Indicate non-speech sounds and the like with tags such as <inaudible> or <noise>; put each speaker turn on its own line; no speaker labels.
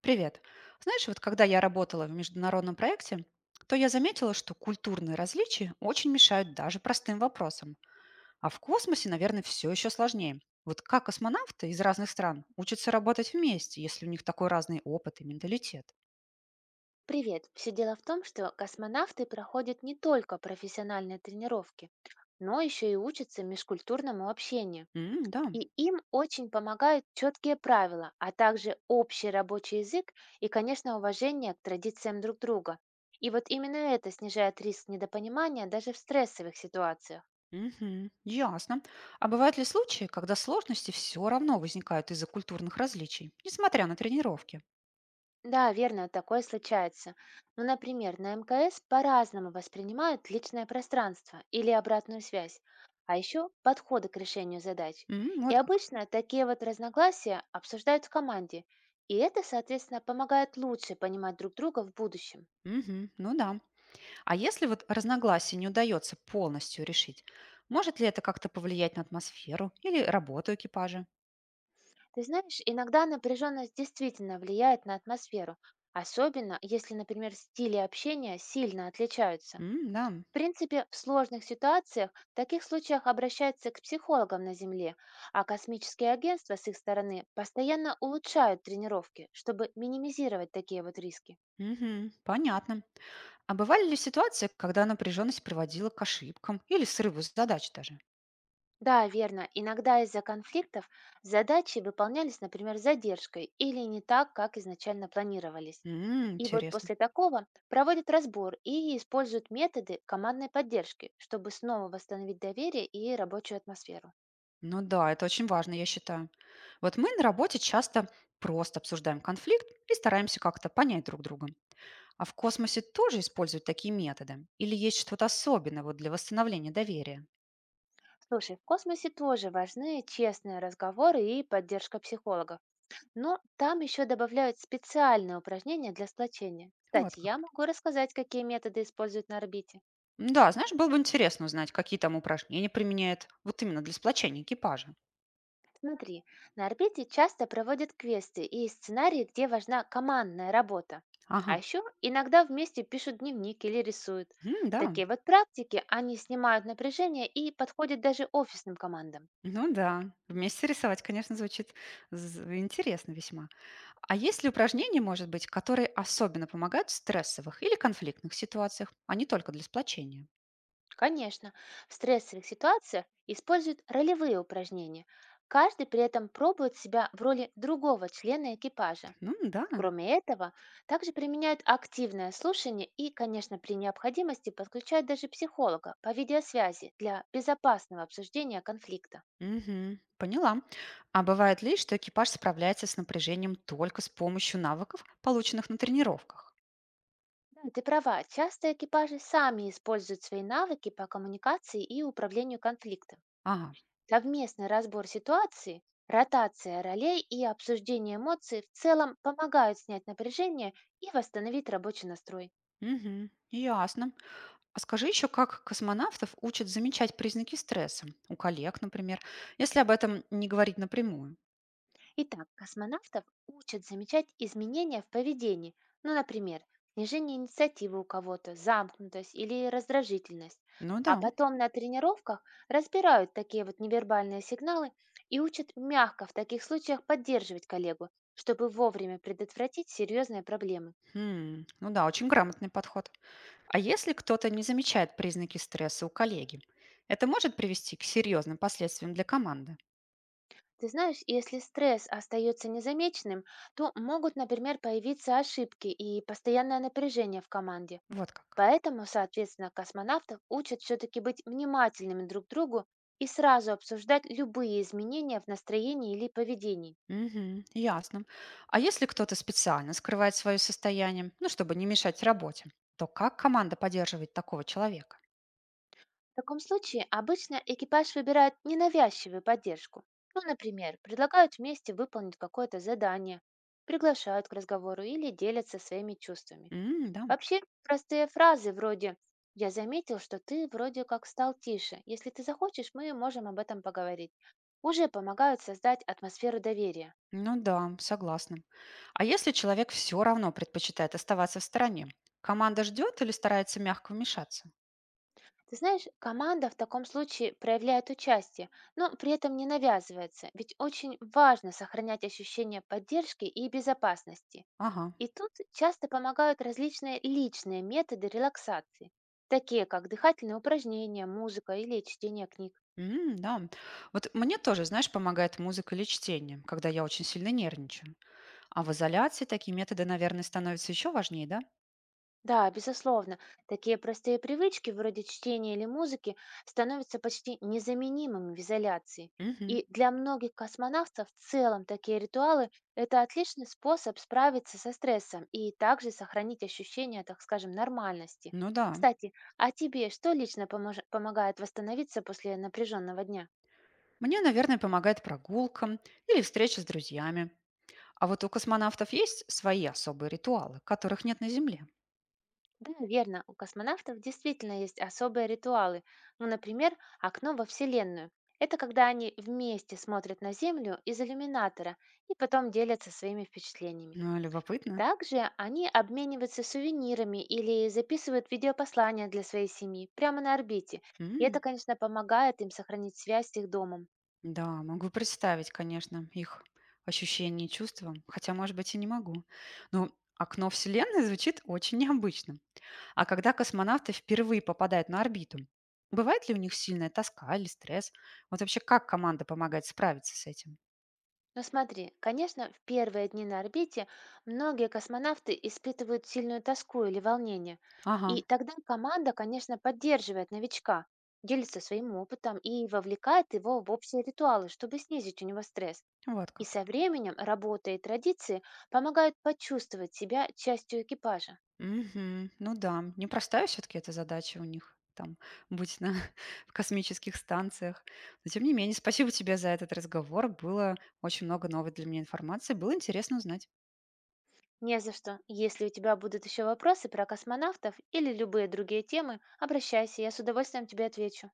Привет. Знаешь, вот когда я работала в международном проекте, то я заметила, что культурные различия очень мешают даже простым вопросам. А в космосе, наверное, все еще сложнее. Вот как космонавты из разных стран учатся работать вместе, если у них такой разный опыт и менталитет?
Привет. Все дело в том, что космонавты проходят не только профессиональные тренировки, но еще и учатся межкультурному общению.
М, да.
И им очень помогают четкие правила, а также общий рабочий язык и, конечно, уважение к традициям друг друга. И вот именно это снижает риск недопонимания даже в стрессовых ситуациях.
Мгм, ясно. А бывают ли случаи, когда сложности все равно возникают из-за культурных различий, несмотря на тренировки?
Да, верно, такое случается. Ну, например, на МКС по-разному воспринимают личное пространство или обратную связь, а еще подходы к решению задач.
М,
И
вот как.
обычно такие вот разногласия обсуждают в команде, и это, соответственно, помогает лучше понимать друг друга в будущем.
Мгм. Ну да. А если вот разногласия не удается полностью решить, может ли это как-то повлиять на атмосферу или работу экипажа?
Ты знаешь, иногда напряженность действительно влияет на атмосферу, особенно если, например, стили общения сильно отличаются.
М, да.
В принципе, в сложных ситуациях в таких случаях обращаются к психологам на Земле, а космические агентства с их стороны постоянно улучшают тренировки, чтобы минимизировать такие вот риски.
Мгм, понятно. А бывали ли ситуации, когда напряженность приводила к ошибкам или срыву задач даже?
Да, верно, иногда из-за конфликтов задачи выполнялись, например, с задержкой или не так, как изначально планировались.
М,
И вот
интересно.
после такого проводят разбор и используют методы командной поддержки, чтобы снова восстановить доверие и рабочую атмосферу.
Ну да, это очень важно, я считаю. Вот мы на работе часто просто обсуждаем конфликт и стараемся как-то понять друг друга. А в космосе тоже используют такие методы? Или есть что-то особенное вот для восстановления доверия?
Слушай, в космосе тоже важны честные разговоры и поддержка психологов. Но там еще добавляют специальные упражнения для сплочения.
Вот
Кстати, я
как.
могу рассказать, какие методы используют на орбите.
Да, знаешь, было бы интересно узнать, какие там упражнения применяют вот именно для сплочения экипажа.
Смотри, на орбите часто проводят квесты и сценарии, где важна командная работа. А
Ага.
еще иногда вместе пишут дневник или рисуют.
М, да.
Такие вот практики, они снимают напряжение и подходят даже офисным командам.
Ну да, вместе рисовать, конечно, звучит з интересно весьма. А есть ли упражнения, может быть, которые особенно помогают в стрессовых или конфликтных ситуациях, а не только для сплочения?
Конечно, в стрессовых ситуациях используют ролевые упражнения. Каждый при этом пробует себя в роли другого члена экипажа.
Ну да.
Кроме этого, также применяют активное слушание и, конечно, при необходимости подключают даже психолога по видеосвязи для безопасного обсуждения конфликта.
Мгм, поняла. А бывает ли, что экипаж справляется с напряжением только с помощью навыков, полученных на тренировках?
Да, ты права, часто экипажи сами используют свои навыки по коммуникации и управлению конфликтом.
Ага.
Совместный разбор ситуации, ротация ролей и обсуждение эмоций в целом помогают снять напряжение и восстановить рабочий настрой.
Мгм, ясно. А скажи еще, как космонавтов учат замечать признаки стресса у коллег, например, если об этом не говорить напрямую?
Итак, космонавтов учат замечать изменения в поведении, ну, например, снижение инициативы у кого-то, замкнутость или раздражительность.
Ну
А
да,
потом на тренировках разбирают такие вот невербальные сигналы и учат мягко в таких случаях поддерживать коллегу, чтобы вовремя предотвратить серьезные проблемы.
хм, ну да, очень грамотный подход. А если кто-то не замечает признаки стресса у коллеги, это может привести к серьезным последствиям для команды?
Ты знаешь, если стресс остается незамеченным, то могут, например, появиться ошибки и постоянное напряжение в команде.
Вот как.
Поэтому, соответственно, космонавтов учат все-таки быть внимательными друг к другу и сразу обсуждать любые изменения в настроении или поведении.
Мгм, ясно. А если кто-то специально скрывает свое состояние, ну, чтобы не мешать работе, то как команда поддерживает такого человека?
В таком случае обычно экипаж выбирает ненавязчивую поддержку. Ну, например, предлагают вместе выполнить какое-то задание, приглашают к разговору или делятся своими чувствами.
М, да.
Вообще, простые фразы вроде «Я заметил, что ты вроде как стал тише. Если ты захочешь, мы можем об этом поговорить». Уже помогают создать атмосферу доверия.
Ну да, согласна. А если человек все равно предпочитает оставаться в стороне? Команда ждет или старается мягко вмешаться?
Ты знаешь, команда в таком случае проявляет участие, но при этом не навязывается, ведь очень важно сохранять ощущение поддержки и безопасности.
Ага.
И тут часто помогают различные личные методы релаксации, такие как дыхательные упражнения, музыка или чтение книг.
М, да. Вот мне тоже, знаешь, помогает музыка или чтение, когда я очень сильно нервничаю. А в изоляции такие методы, наверное, становятся еще важнее, да?
Да, безусловно, такие простые привычки, вроде чтения или музыки, становятся почти незаменимыми в изоляции.
Мгм.
И для многих космонавтов в целом такие ритуалы– это отличный способ справиться со стрессом и также сохранить ощущение, так скажем, нормальности.
Ну да.
Кстати, а тебе что лично помогает восстановиться после напряженного дня?
Мне, наверное, помогает прогулка или встреча с друзьями. А вот у космонавтов есть свои особые ритуалы, которых нет на Земле.
Да, верно. У космонавтов действительно есть особые ритуалы. Ну, например, окно во Вселенную. Это когда они вместе смотрят на Землю из иллюминатора и потом делятся своими впечатлениями.
Ну, любопытно.
Также они обмениваются сувенирами или записывают видеопослания для своей семьи прямо на орбите. И это,
М.
конечно, помогает им сохранить связь с их домом.
Да, могу представить, конечно, их ощущения и чувства, хотя, может быть, и не могу. Но окно Вселенной звучит очень необычно. А когда космонавты впервые попадают на орбиту, бывает ли у них сильная тоска или стресс? Вот вообще как команда помогает справиться с этим?
Но смотри, конечно, в первые дни на орбите многие космонавты испытывают сильную тоску или волнение.
Ага,
И тогда команда, конечно, поддерживает новичка, делится своим опытом и вовлекает его в общие ритуалы, чтобы снизить у него стресс.
вот
И
как.
со временем работа и традиции помогают почувствовать себя частью экипажа.
Мгм. Ну да, непростая все-таки эта задача у них там быть на <laughs> в космических станциях. Но тем не менее, спасибо тебе за этот разговор. Было очень много новой для меня информации. Было интересно узнать.
Не за что. Если у тебя будут еще вопросы про космонавтов или любые другие темы, обращайся, я с удовольствием тебе отвечу.